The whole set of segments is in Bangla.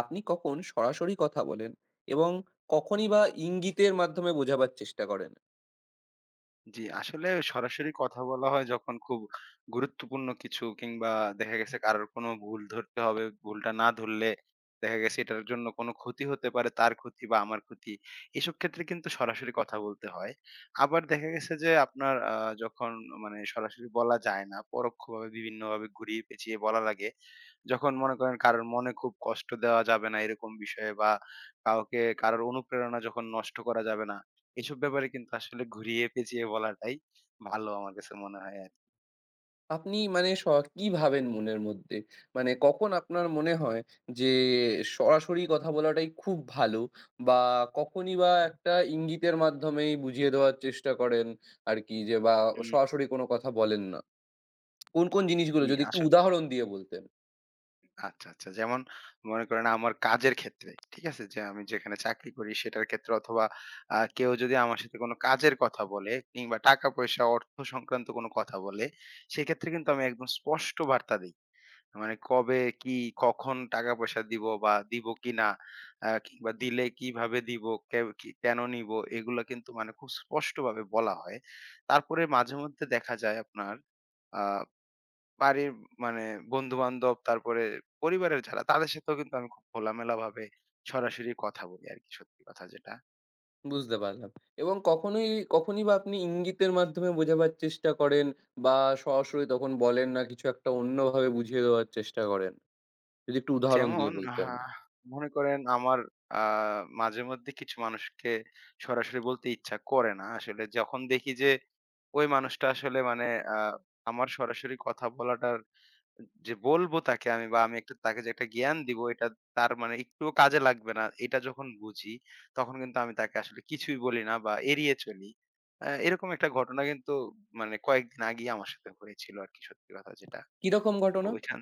আপনি কখন সরাসরি কথা বলেন এবং কখনই বা ইঙ্গিতের মাধ্যমে বোঝাবার চেষ্টা করেন? জি, আসলে সরাসরি কথা বলা হয় যখন খুব গুরুত্বপূর্ণ কিছু কিংবা দেখা গেছে কারোর কোনো ভুল ধরতে হবে। ভুলটা না ধরলে দেখা গেছে এটার জন্য কোনো ক্ষতি হতে পারে, তার ক্ষতি বা আমার ক্ষতি। এসব ক্ষেত্রে কিন্তু সরাসরি কথা বলতে হয়। আবার দেখা গেছে যে আপনার যখন মানে সরাসরি বলা যায় না, পরোক্ষভাবে বিভিন্নভাবে ঘুরিয়ে পেঁচিয়ে বলা লাগে। যখন মনে করেন কারোর মনে খুব কষ্ট দেওয়া যাবে না এরকম বিষয়ে বা কাউকে কারোর অনুপ্রেরণা যখন নষ্ট করা যাবে না। এসব ব্যাপারে কিন্তু আসলে ঘুরিয়ে পেঁচিয়ে বলাটাই ভালো আমার কাছে মনে হয় আরকি। আপনি মানে কি ভাবেন মনের মধ্যে? মানে কখন আপনার মনে হয় যে সরাসরি কথা বলাটাই খুব ভালো বা কখনই বা একটা ইঙ্গিতের মাধ্যমেই বুঝিয়ে দেওয়ার চেষ্টা করেন আরকি যে বা হুম। সরাসরি কোনো কথা বলেন না। কোন, কোন জিনিসগুলো জি, যদি একটু আসলে উদাহরণ দিয়ে বলতেন? আচ্ছা, আচ্ছা। যেমন মনে করেন আমার কাজের ক্ষেত্রে, ঠিক আছে? যে আমি যেখানে চাকরি করি সেটার ক্ষেত্রে অথবা কেউ যদি আমার সাথে কোনো কাজের কথা বলে কিংবা টাকা-পয়সা, অর্থ সংক্রান্ত কোনো কথা বলে, সেক্ষেত্রে কিন্তু আমি একদম স্পষ্ট বার্তা দেই। মানে কবে কি কখন টাকা পয়সা দিব বা দিব কিনা কিংবা দিলে কিভাবে দিব কেন নিব এগুলো কিন্তু মানে খুব স্পষ্টভাবে বলা হয়। তারপরে মাঝে মধ্যে দেখা যায় আপনার আহ বাড়ির মানে বন্ধু বান্ধব তারপরে পরিবারের যারা তাদের সাথেও কিন্তু আমি খুব খোলামেলা ভাবে সরাসরি কথা বলি আর কি, সত্যি কথা যেটা। বুঝতে পারলাম। এবং কখনোই কখনই বা আপনি ইঙ্গিতের মাধ্যমে বোঝাবার চেষ্টা করেন বা সরাসরি তখন বলেন না, কিছু একটা অন্যভাবে বুঝিয়ে দেওয়ার চেষ্টা করেন? যদি একটু উদাহরণ যেমন দিয়ে বলতেন। মনে করেন আমার মাঝে মধ্যে কিছু মানুষকে সরাসরি বলতে ইচ্ছা করে না আসলে যখন দেখি যে ওই মানুষটা আসলে মানে আ আমার সরাসরি কথা বলাটার যে বলবো তাকে আমি বা আমি একটা তাকে যে একটা জ্ঞান দিব এটা তার মানে একটুও কাজে লাগবে না। এটা যখন বুঝি তখন কিন্তু আমি তাকে আসলে কিছুই বলি না বা এড়িয়ে চলি। এরকম একটা ঘটনা কিন্তু মানে কয়েকদিন আগেই আমার সাথে হয়েছিল আরকি, সত্যি কথা যেটা। কিরকম তো ঘটনা? ওইখান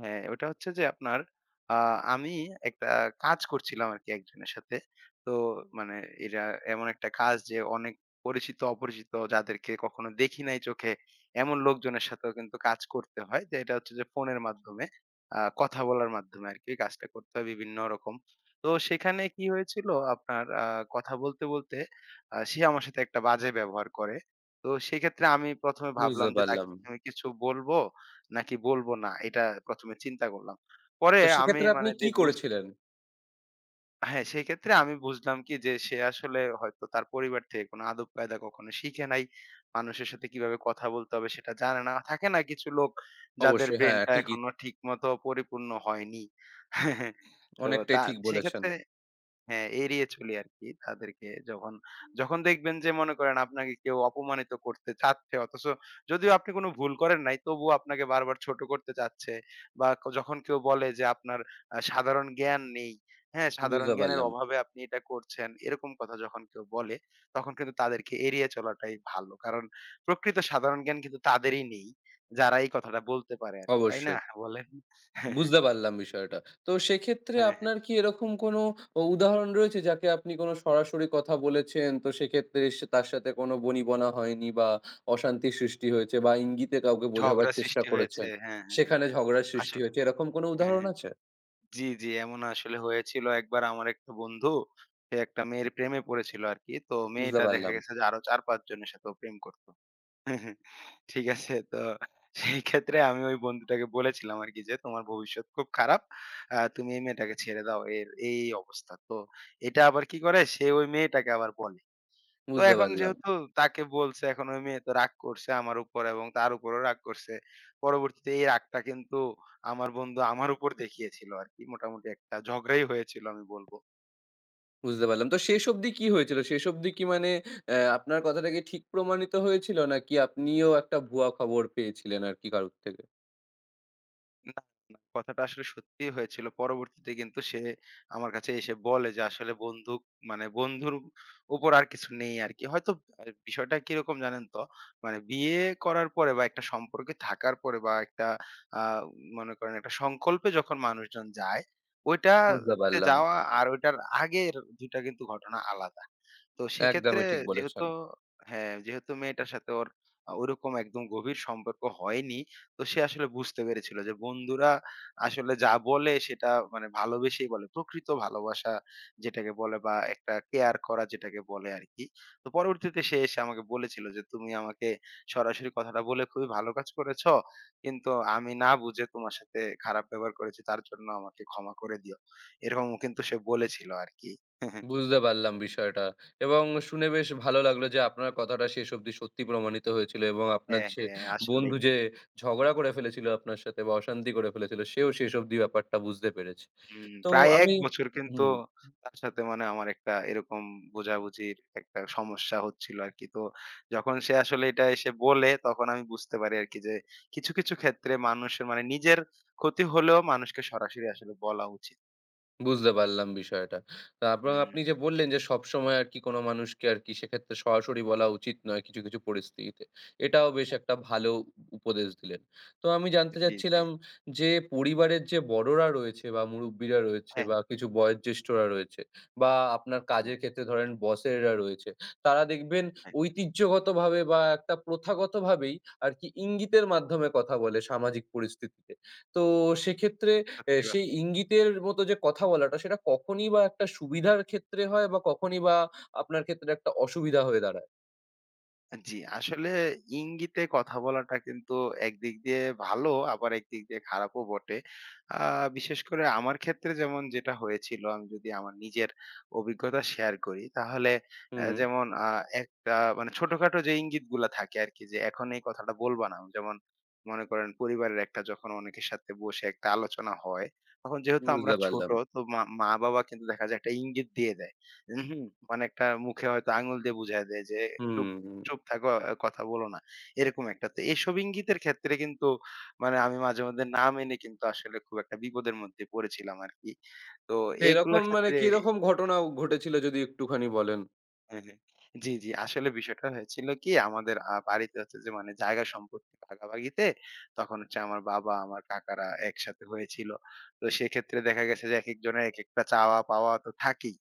হ্যাঁ, ওটা হচ্ছে যে আপনার আ আমি একটা কাজ করছিলাম আরকি একজনের সাথে। তো মানে এরা এমন একটা কাজ যে অনেক পরিচিত, অপরিচিত যাদেরকে কখনো দেখি নাই চোখে, এমন লোকজনের সাথেও কিন্তু কাজ করতে হয়। যে এটা হচ্ছে যে ফোনের মাধ্যমে কথা বলার মাধ্যমে আরকি কাজটা করতে হয় বিভিন্ন রকম। তো সেখানে কি হয়েছিল আপনার কথা বলতে, বলতে সে আমার সাথে একটা বাজে ব্যবহার করে। তো সেক্ষেত্রে আমি ১ম এ বুঝতে ভাবলাম যে তাকে পারলাম। আমি কিছু বলবো নাকি বলবো না? এটা ১ম এ চিন্তা করলাম। পরে তো আমি সেক্ষেত্রে আপনি মানে যে কি বুঝ করেছিলেন? হ্যাঁ, সেক্ষেত্রে আমি বুঝলাম কি যে সে আসলে হয়তো তার পরিবার থেকে কোনো আদব কায়দা কখনো শিখে নাই। মানুষের সাথে কিভাবে কথা বলতে হবে সেটা জানে না। থাকে না কিছু লোক যাদের অবশ্যই হ্যাঁ, ব্রেইনটা ঠিকই। এখনো ঠিকমতো পরিপূর্ণ হয়নি। তো অনেকটাই তা ঠিক বলেছেন। সেক্ষেত্রে হ্যাঁ, এড়িয়ে চলি আরকি তাদেরকে, যখন, যখন দেখবেন যে মনে করেন আপনাকে কেউ অপমানিত করতে চাচ্ছে অথচ যদিও আপনি কোনো ভুল করেন নাই তবুও আপনাকে বারবার ছোট করতে চাচ্ছে বা যখন কেউ বলে যে আপনার সাধারণ জ্ঞান নেই, হ্যাঁ? সাধারণ বুঝতে জ্ঞানের পারলাম। অভাবে আপনি এটা করছেন এরকম কথা যখন কেউ বলে তখন কিন্তু তাদেরকে এড়িয়ে চলাটাই ভালো। কারণ প্রকৃত সাধারণ জ্ঞান কিন্তু তাদেরই নেই যারা এই কথাটা বলতে পারে আরকি। তাই না? অবশ্যই। বলেন? হ্যাঁ, বুঝতে পারলাম বিষয়টা। তো সেক্ষেত্রে হ্যাঁ, হ্যাঁ, হ্যাঁ। আপনার কি এরকম কোনো ও উদাহরণ রয়েছে যাকে আপনি কোনো সরাসরি কথা বলেছেন, তো সেক্ষেত্রে সে তার সাথে কোনো বনিবনা হয়নি বা অশান্তির সৃষ্টি হয়েছে বা ইঙ্গিতে কাউকে বোঝাবার ঝগড়া চেষ্টা সৃষ্টি হয়েছে। করেছেন, হ্যাঁ, হ্যাঁ, হ্যাঁ। সেখানে ঝগড়ার সৃষ্টি আসল হয়েছে, এরকম কোনো হ্যাঁ, উদাহরণ হ্যাঁ। আছে? জি, জি। এমন আসলে হয়েছিল একবার, আমার একটা বন্ধু, সে একটা মেয়ের প্রেমে পড়েছিল আরকি। তো বুঝতে মেয়েটা দেখা পারলাম, গেছে যে আরো ৪-৫ জনের সাথেও প্রেম করত। ঠিক আছে? তো সেই ক্ষেত্রে আমি ওই বন্ধুটাকে বলেছিলাম আরকি যে, "তোমার ভবিষ্যৎ খুব খারাপ। তুমি এই মেয়েটাকে ছেড়ে দাও। এর এই, এই অবস্থা।" তো এটা আবার কি করে? সে ওই মেয়েটাকে আবার বলে। তো বুঝতে এখন পারলাম, যেহেতু তাকে বলছে, এখন ওই মেয়ে তো রাগ করছে আমার উপর এবং তার উপরেও রাগ করছে। পরবর্তীতে এই রাগটা কিন্তু আমার বন্ধু আমার উপর দেখিয়েছিল আরকি। মোটামুটি একটা ঝগড়াই হয়েছিল আমি বলব। বুঝতে পারলাম। তো শেষ অবধি কি হয়েছিল? শেষ অবধি কি মানে আপনার কথাটা কি ঠিক প্রমাণিত হয়েছিল নাকি আপনিও একটা ভুয়া খবর পেয়েছিলেন আরকি কারোর থেকে? না, না, কথাটা আসলে সত্যিই হয়েছিল। পরবর্তীতে কিন্তু সে আমার কাছে এসে বলে যে আসলে বন্দুক মানে বন্ধুর উপর আর কিছু নেই আরকি। হয়তো বিষয়টা কিরকম জানেন তো? মানে বিয়ে করার পরে বা একটা সম্পর্কে থাকার পরে বা একটা আ মনে করেন একটা সংকল্পে যখন মানুষজন যায়, বুঝতে ওইটাতে পারলাম। যাওয়া আর ওইটার আগের ২ টা কিন্তু ঘটনা আলাদা। তো সেক্ষেত্রে একদমই ঠিক বলেছেন। যেহেতু হ্যাঁ, যেহেতু মেয়েটার সাথে ওর ওরকম একদম গভীর সম্পর্ক হয়নি, তো সে আসলে বুঝতে পেরেছিল যে বন্ধুরা আসলে যা বলে সেটা মানে ভালোবেসেই বলে। প্রকৃত ভালোবাসা যেটাকে বলে বা একটা কেয়ার করা যেটাকে বলে আরকি। তো পরবর্তীতে সে এসে আমাকে বলেছিল যে, "তুমি আমাকে সরাসরি কথাটা বলে খুবই ভালো কাজ করেছ। কিন্তু আমি না বুঝে তোমার সাথে খারাপ ব্যবহার করেছি। তার জন্য আমাকে ক্ষমা করে দিও।" এরকমও কিন্তু সে বলেছিল আরকি। বুঝতে পারলাম বিষয়টা। এবং শুনে বেশ ভালো লাগলো যে আপনার কথাটা শেষ অবধি সত্যি প্রমাণিত হয়েছিল এবং আপনার হ্যাঁ, যে হ্যাঁ, বন্ধু আসলেই। যে ঝগড়া করে ফেলেছিল আপনার সাথে বা অশান্তি করে ফেলেছিল, সেও শেষ অবধি ব্যাপারটা বুঝতে পেরেছে। হুম, তো প্রায় ১ আমি বছর কিন্তু হুম। তার সাথে মানে আমার একটা এরকম বোঝাবুঝির একটা সমস্যা হচ্ছিল আরকি। তো যখন সে আসলে এটা এসে বলে তখন আমি বুঝতে পারি আরকি যে কিছু, কিছু ক্ষেত্রে মানুষের মানে নিজের ক্ষতি হলেও মানুষকে সরাসরি আসলে বলা উচিত। বুঝতে পারলাম বিষয়টা। তা এবং হুম, আপনি যে বললেন যে সবসময় আরকি কোন মানুষকে আরকি সেক্ষেত্রে সরাসরি বলা উচিত নয় কিছু, কিছু পরিস্থিতিতে। এটাও বেশ একটা ভালো উপদেশ দিলেন। তো আমি জানতে জি, জি। চাচ্ছিলাম যে পরিবারের যে বড়রা রয়েছে বা মুরুব্বিরা রয়েছে হ্যাঁ, বা কিছু বয়োজ্যেষ্ঠরা রয়েছে বা আপনার হ্যাঁ, কাজের ক্ষেত্রে ধরেন বসেরা রয়েছে, তারা দেখবেন হ্যাঁ। ঐতিহ্যগতভাবে বা একটা প্রথাগতভাবেই আরকি ইঙ্গিতের মাধ্যমে কথা বলে সামাজিক পরিস্থিতিতে। তো সেক্ষেত্রে এ সত্যি সেই কথা। ইঙ্গিতের মতো যে কথা বলাটা সেটা কখনই বা একটা সুবিধার ক্ষেত্রে হয় বা কখনই বা আপনার ক্ষেত্রে একটা অসুবিধা হয়ে দাঁড়ায়? জি, আসলে ইঙ্গিতে কথা বলাটা কিন্তু একদিক দিয়ে ভালো আবার একদিক দিয়ে খারাপও বটে। আ বিশেষ করে আমার ক্ষেত্রে যেমন যেটা হয়েছিল, আমি যদি আমার নিজের অভিজ্ঞতা শেয়ার করি তাহলে হুম। যেমন একটা মানে ছোটখাটো যে ইঙ্গিতগুলা থাকে আরকি যে এখন এই কথাটা বলবা না। যেমন মনে করেন পরিবারের একটা যখন অনেকের সাথে বসে একটা আলোচনা হয়, তখন যেহেতু আমরা বুঝতে ছোট পারলাম। তো মা-বাবা কিন্তু দেখা যায় একটা ইঙ্গিত দিয়ে দেয়। উহুম, মানে একটা মুখে হয়তো আঙুল দিয়ে বুঝায় দেয় যে একটু হুম, হুম। চুপ থাকো, কথা বলো না। এরকম একটা। তো এসব ইঙ্গিতের ক্ষেত্রে কিন্তু মানে আমি মাঝে মধ্যে না মেনে কিন্তু আসলে খুব একটা বিপদের মধ্যে পড়েছিলাম আরকি। তো তো এরকম এইগুলোর মানে ক্ষেত্রে কিরকম ঘটনা ঘটেছিল যদি একটুখানি বলেন? হ্যাঁ, হ্যাঁ। জি, জি। আসলে বিষয়টা হয়েছিল কি, আমাদের বাড়িতে হচ্ছে যে মানে জায়গা সম্পত্তি ভাগাভাগিতে তখন হচ্ছে আমার বাবা, আমার কাকারা একসাথে হয়েছিল। তো সেক্ষেত্রে দেখা গেছে যে একেকজনের একেকটা চাওয়া পাওয়া তো থাকেই।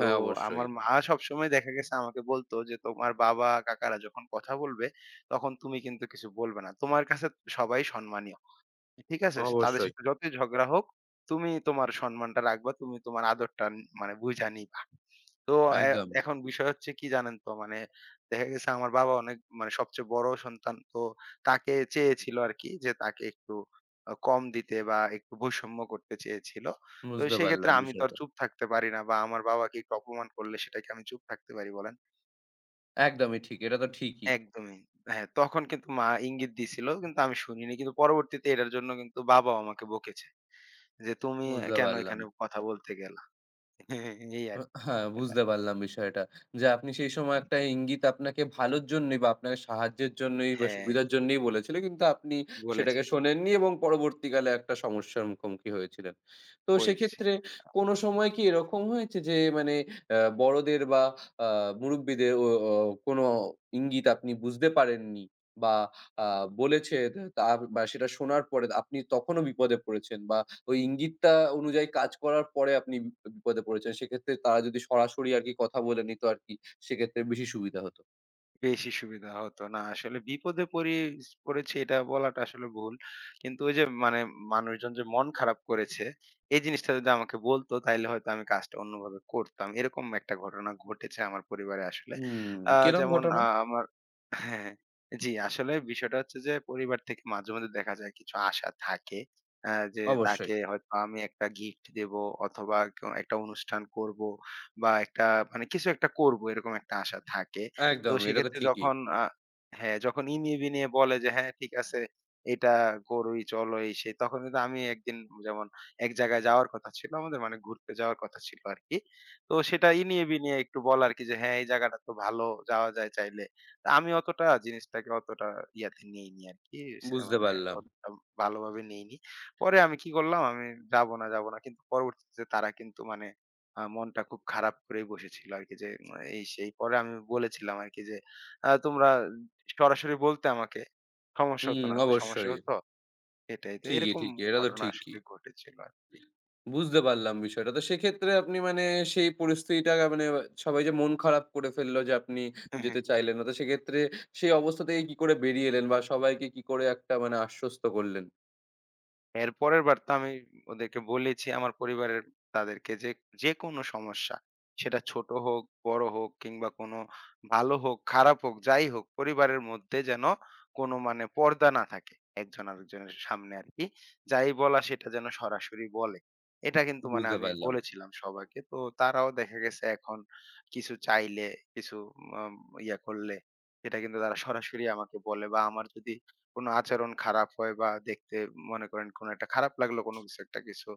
তো অবশ্যই। আমার মা সবসময় দেখা গেছে আমাকে বলতো যে, "তোমার বাবা, কাকারা যখন কথা বলবে, তখন তুমি কিন্তু কিছু বলবে না। তোমার কাছে সবাই সম্মানীয়। ঠিক আছে? সে তাদের অবশ্যই। সাথে যতই ঝগড়া হোক, তুমি তোমার সম্মানটা রাখবা। তুমি তোমার আদরটা মানে বুইঝা নিবা।" তো এ একদম। এখন বিষয় হচ্ছে কি জানেন তো? মানে দেখা গেছে আমার বাবা অনেক মানে সবচেয়ে বড় সন্তান। তো তাকে চেয়েছিল আরকি যে তাকে একটু কম দিতে বা একটু বৈষম্য করতে চেয়েছিল। তো বুঝতে সেক্ষেত্রে পারলাম আমি তো আর বিষয়টা। চুপ থাকতে পারি না বা আমার বাবাকে একটু অপমান করলে সেটা কি আমি চুপ থাকতে পারি বলেন? একদমই ঠিক। এটা তো ঠিকই। একদমই। হ্যাঁ, তখন কিন্তু মা ইঙ্গিত দিছিল কিন্তু আমি শুনিনি। কিন্তু পরবর্তীতে এটার জন্য কিন্তু বাবাও আমাকে বকেছে। যে তুমি বুঝতে কেন পারলাম। এখানে কথা বলতে গেলা? এই আর কি, হ্যাঁ, এটা। বুঝতে পারলাম বিষয়টা। যে আপনি সেই সময় একটা ইঙ্গিত আপনাকে ভালোর জন্যই বা আপনাকে সাহায্যের জন্যই বা হ্যাঁ, সুবিধার জন্যই বলেছিল। কিন্তু আপনি সেটাকে বলেছে। শোনেননি এবং পরবর্তীকালে একটা সমস্যার মুখোমুখি হয়েছিলেন। তো করেছি। সেক্ষেত্রে কোনো সময় কি এরকম হয়েছে যে মানে বড়দের বা আ মুরুব্বিদের ও ও কোনো ইঙ্গিত আপনি বুঝতে পারেননি বা আ বলেছে তা বা সেটা শোনার পরে আপনি তখনও বিপদে পড়েছেন বা ওই ইঙ্গিতটা অনুযায়ী কাজ করার পরে আপনি বিপদে পড়েছেন। সেক্ষেত্রে তারা যদি সরাসরি আরকি কথা বলে নিত আরকি, সেক্ষেত্রে বেশি সুবিধা হতো। বেশি সুবিধা হতো। না আসলে বিপদে পড়ি পড়েছি এটা বলাটা আসলে ভুল। কিন্তু ওই যে মানে মানুষজন যে মন খারাপ করেছে, এই জিনিসটা যদি আমাকে বলতো তাইলে হয়তো আমি কাজটা অন্যভাবে করতাম। এরকম একটা ঘটনা ঘটেছে আমার পরিবারে আসলে। হুম, আ কিরম যেমন ঘটনা? আ আমার হ্যাঁ, জি আসলে বিষয়টা হচ্ছে যে পরিবার থেকে মাঝে মধ্যে দেখা যায় কিছু আশা থাকে। যে অবশ্যই। তাকে হয়তো আমি একটা গিফট দেবো অথবা একটা অনুষ্ঠান করব বা একটা মানে কিছু একটা করব এরকম একটা আশা থাকে। তো একদম, এটা তো সেক্ষেত্রে ঠিকই। যখন হ্যাঁ, যখন ই নিয়ে বিনিয়ে বলে যে, "হ্যাঁ, ঠিক আছে, এটা করুই, চলো এই সেই।" তখন কিন্তু আমি একদিন যেমন এক জায়গায় যাওয়ার কথা ছিল আমাদের, মানে ঘুরতে যাওয়ার কথা ছিল আরকি। তো সেটা ই নিয়ে বিনিয়ে একটু বলা আরকি যে, "হ্যাঁ, এই জায়গাটা তো ভালো, যাওয়া যায় চাইলে।" তা আমি অতটা জিনিসটাকে অতটা ইয়াতে নেইনি আরকি। সে বুঝতে মানে পারলাম। অতটা ভালোভাবে নেইনি। পরে আমি কি করলাম? আমি যাবো না, যাবো না। কিন্তু পরবর্তীতে তারা কিন্তু মানে মনটা খুব খারাপ করেই বসেছিল আরকি যে এই সেই। পরে আমি বলেছিলাম আরকি যে, তোমরা সরাসরি বলতে আমাকে। সমস্যা হুম, হতো না তো। সমস্যা অবশ্যই। হতো?" এটাই তো। ঠিকই, এরকম ঠিকই। এটা তো ঘটনা ঠিকই। আসলে ঘটেছিল আরকি। বুঝতে পারলাম বিষয়টা। তো সেক্ষেত্রে আপনি মানে সেই পরিস্থিতিটা মানে সবাই যে মন খারাপ করে ফেলল যে আপনি যেতে চাইলেন না। তো সেক্ষেত্রে সেই অবস্থা থেকে কি করে বেরিয়ে এলেন বা সবাইকে কি করে একটা মানে আশ্বস্ত করলেন? এর পরের বার তো আমি ওদেরকে বলেছি, আমার পরিবারের তাদেরকে যে, যেকোনো সমস্যা সেটা ছোট হোক, বড় হোক কিংবা কোনো ভালো হোক, খারাপ হোক, যাই হোক, পরিবারের মধ্যে যেন কোনো মানে পর্দা না থাকে। একজন আরেকজনের সামনে আরকি। যাই বলা সেটা যেন সরাসরি বলে। এটা কিন্তু মানে বুঝতে আমি পারলাম। বলেছিলাম সবাইকে। তো তারাও দেখা গেছে এখন কিছু চাইলে, কিছু আম ইয়া করলে সেটা কিন্তু তারা সরাসরি আমাকে বলে, বা আমার যদি কোনো আচরণ খারাপ হয় বা দেখতে মনে করেন কোনো একটা খারাপ লাগলো কোনো কিছু একটা কিছু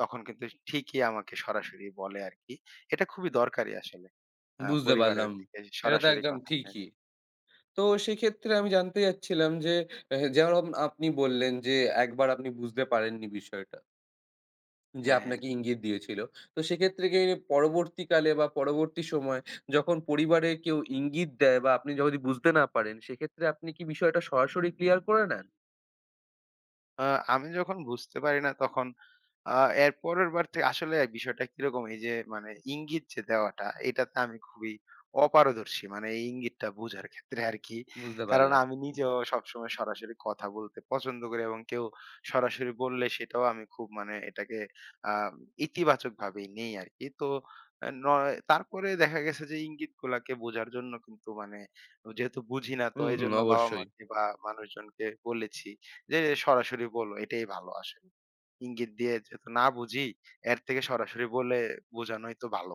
তখন কিন্তু ঠিকই আমাকে সরাসরি বলে আরকি। এটা খুবই দরকারি আসলে। বুঝতে পরিবারের পারলাম। থেকে এটা তো সরাসরি একদম কথা। হ্যাঁ, ঠিকই। তো সেক্ষেত্রে আমি জানতে চাচ্ছিলাম যে, এ যেরম আপনি বললেন যে, একবার আপনি বুঝতে পারেননি বিষয়টা। যে হ্যাঁ। আপনাকে ইঙ্গিত দিয়েছিল। তো সেক্ষেত্রে কি পরবর্তীকালে বা পরবর্তী সময় যখন পরিবারে কেউ ইঙ্গিত দেয় বা আপনি যদি বুঝতে না পারেন, সেক্ষেত্রে আপনি কি বিষয়টা সরাসরি ক্লিয়ার করে নেন? আ আমি যখন বুঝতে পারি না তখন আ এর পরের বার থেকে আসলে বিষয়টা কিরকম এই যে মানে ইঙ্গিত যে দেওয়াটা এটাতে আমি খুবই অপারদর্শী। মানে এই ইঙ্গিতটা বোঝার ক্ষেত্রে আরকি। বুঝতে কারণ পারলাম। আমি নিজেও সবসময় সরাসরি কথা বলতে পছন্দ করি এবং কেউ সরাসরি বললে সেটাও আমি খুব মানে এটাকে আ ইতিবাচকভাবেই নেই আরকি। তো নয় তারপরে দেখা গেছে যে ইঙ্গিতগুলাকে বোঝার জন্য কিন্তু মানে যেহেতু বুঝি না তো হুম, হুম, এজন্য অবশ্যই। বাবা-মাকে বা মানুষজনকে বলেছি। যে সরাসরি বলো এটাই ভালো আসলে। ইঙ্গিত দিয়ে যেহেতু না বুঝি এর থেকে সরাসরি বলে বোঝানোই তো ভালো।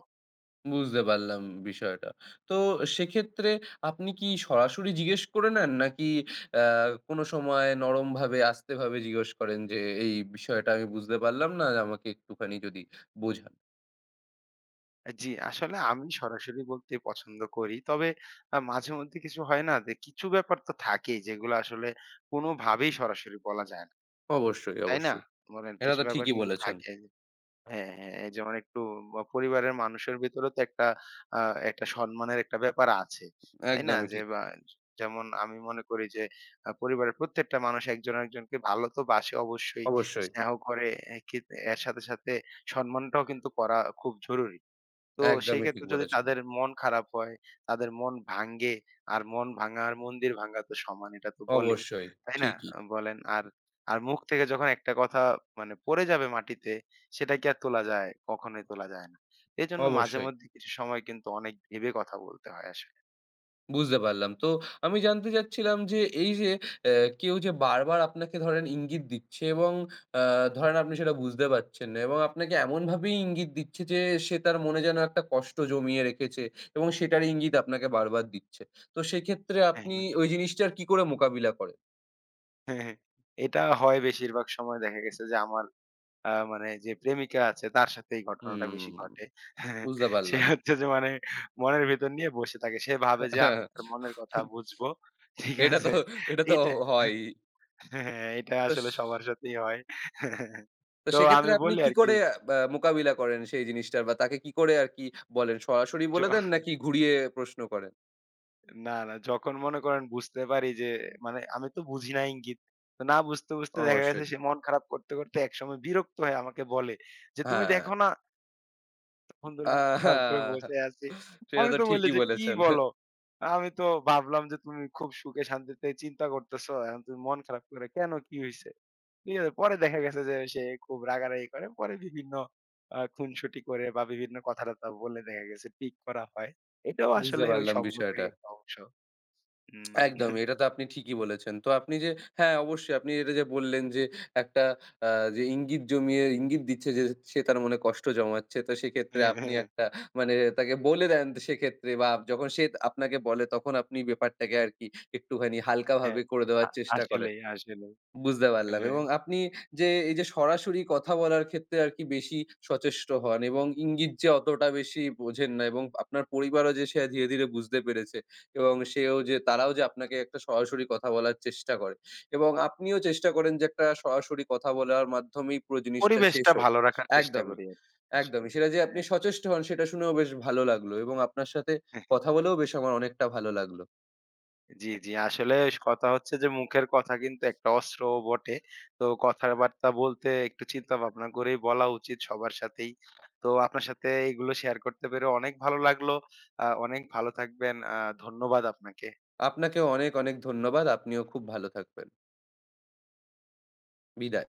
বুঝতে পারলাম বিষয়টা। তো সেক্ষেত্রে আপনি কি সরাসরি জিজ্ঞেস করে নেন? নাকি অ্যা কোনো সময় নরমভাবে আস্তেভাবে জিজ্ঞেস করেন যে, "এই বিষয়টা আমি বুঝতে পারলাম না, আমাকে একটুখানি যদি বোঝান।" জি, আসলে আমি সরাসরি বলতেই পছন্দ করি। তবে মাঝেমধ্যে কিছু হয় না যে কিছু ব্যাপার তো থাকেই যেগুলো আসলে কোনোভাবেই সরাসরি বলা যায় না। অবশ্যই, তাই না? অবশ্যই। বলেন, এটা কিছু তো ব্যাপার ঠিকই কিন্তু বলেছেন। থাকে। হ্যাঁ, হ্যাঁ। এই যেমন একটু বা পরিবারের মানুষের ভেতরেও তো একটা আ একটা সম্মানের একটা ব্যাপার আছে। তাই না? একদমই যে ঠিক। বা যেমন আমি মনে করি যে পরিবারের প্রত্যেকটা মানুষ একজন আরেকজনকে ভালো তো বাসে অবশ্যই, অবশ্যই। স্নেহ করে। এ কিন এর সাথে, সাথে সম্মানটাও কিন্তু করা খুব জরুরি। তো সেই একদমই ঠিক ক্ষেত্রে যদি বলেছেন। তাদের মন খারাপ হয়, তাদের মন ভাঙ্গে, আর মন ভাঙা আর মন্দির ভাঙ্গা তো সমান এটা তো বলেই। অবশ্যই। তাই না? ঠিকই। বলেন। আর আর মুখ থেকে যখন একটা কথা মানে পড়ে যাবে মাটিতে সেটা কি আর তোলা যায়? কখনোই তোলা যায় না। এজন্য মাঝে অবশ্যই। মধ্যে কিছু সময় কিন্তু অনেক ভেবে কথা বলতে হয় আসলে। বুঝতে পারলাম। তো আমি জানতে চাচ্ছিলাম যে এই যে অ্যা কেউ যে বারবার আপনাকে ধরেন ইঙ্গিত দিচ্ছে এবং আ ধরেন আপনি সেটা বুঝতে পারছেন না এবং আপনাকে এমনভাবেই ইঙ্গিত দিচ্ছে যে সে তার মনে যেন একটা কষ্ট জমিয়ে রেখেছে এবং সেটার ইঙ্গিত আপনাকে বারবার দিচ্ছে। তো সেক্ষেত্রে হ্যাঁ, আপনি হ্যাঁ। ওই জিনিসটার কি করে মোকাবিলা করেন? হ্যাঁ, হ্যাঁ। এটা হয় বেশিরভাগ সময়, দেখা গেছে যে আমার মানে যে প্রেমিকা আছে তার সাথে এই ঘটনাটা বেশি হুম। ঘটে। বুঝতে সে পারলাম। হচ্ছে যে মানে মনের ভেতর নিয়ে বসে থাকে। সে ভাবে যে আমি তার মনের কথা বুঝবো। ঠিক এটা তো আছে? এটা তো এটা হয়ই। হ্যাঁ, এটা তো স আসলে সবার সাথেই হয়। তো তো সেক্ষেত্রে আমি আপনি বলি কি আরকি করে বা মোকাবিলা করেন সেই জিনিসটার? বা তাকে কি করে আরকি বলেন? সরাসরি বলে য দেন নাকি ঘুরিয়ে প্রশ্ন করেন? না, না, যখন মনে করেন বুঝতে পারি যে মানে আমি তো বুঝি না ইঙ্গিত। তো না বুঝতে, বুঝতে দেখা গেছে অবশ্যই। সে মন খারাপ করতে, করতে একসময় বিরক্ত হয়ে আমাকে বলে যে, "তুমি হ্যাঁ। দেখো না? অনেকক্ষণ আ ধরে মন হা, খারাপ করে বসে আছি।" সেটা আমি তো তো বললি ঠিকই যে, "কি বলেছেন। বলো? আমি তো ভাবলাম যে তুমি খুব সুখে শান্তিতে চিন্তা করতেছো। এখন তুমি মন খারাপ করে কেন, কি হইছে?" ঠিক আছে? পরে দেখা গেছে যে সে খুব রাগারাগি করে। পরে বিভিন্ন খুনসুটি করে বা বিভিন্ন কথা-টথা বলে দেখা গেছে ঠিক করা হয়। এটাও বুঝতে আসলে ওই পারলাম সম্পর্কেরই বিষয়টা। একটা অংশ। হুম। একদমই। এটা তো আপনি ঠিকই বলেছেন। তো আপনি যে হ্যাঁ, অবশ্যই আপনি এটা যে বললেন যে একটা আ যে ইঙ্গিত জমিয়ে ইঙ্গিত দিচ্ছে যে সে তার মনে কষ্ট জমাচ্ছে। তো সেক্ষেত্রে আপনি একটা মানে তাকে বলে দেন তো সেক্ষেত্রে বা যখন সে আপনাকে বলে তখন আপনি ব্যাপারটাকে আরকি একটুখানি হালকাভাবে হ্যাঁ, করে আ দেওয়ার চেষ্টা করেন। আসলেই, আসলেই। বুঝতে পারলাম হ্যাঁ, এবং আপনি যে এই যে সরাসরি কথা বলার ক্ষেত্রে আরকি বেশি সচেষ্ট হন এবং ইঙ্গিত যে অতটা বেশি বোঝেন না এবং আপনার পরিবারও যে সে ধীরে, ধীরে বুঝতে পেরেছে এবং সেও যে তারাও যে আপনাকে একটা সরাসরি কথা বলার চেষ্টা করে এবং আপনিও চেষ্টা করেন যে একটা সরাসরি কথা বলার মাধ্যমেই পুরো জিনিসটা শেষ পরিবেশটা হোক। ভালো রাখার চেষ্টা একদমই, করি আরকি আসলে একদমই। সেটা যে যেটা। আপনি সচেষ্ট হন সেটা শুনেও বেশ ভালো লাগলো এবং আপনার সাথে হ্যাঁ। কথা বলেও বেশ আমার অনেকটা ভালো লাগলো। জি, জি। আসলে কথা হচ্ছে যে মুখের কথা কিন্তু একটা অস্ত্রও বটে। তো কথাবার্তা বলতে একটু চিন্তা ভাবনা করেই বলা উচিত সবার সাথেই। তো আপনার সাথে এগুলো শেয়ার করতে পেরে অনেক ভালো লাগলো। অনেক ভালো থাকবেন। ধন্যবাদ আপনাকে। আপনাকেও অনেক, অনেক ধন্যবাদ। আপনিও খুব ভালো থাকবেন। বিদায়।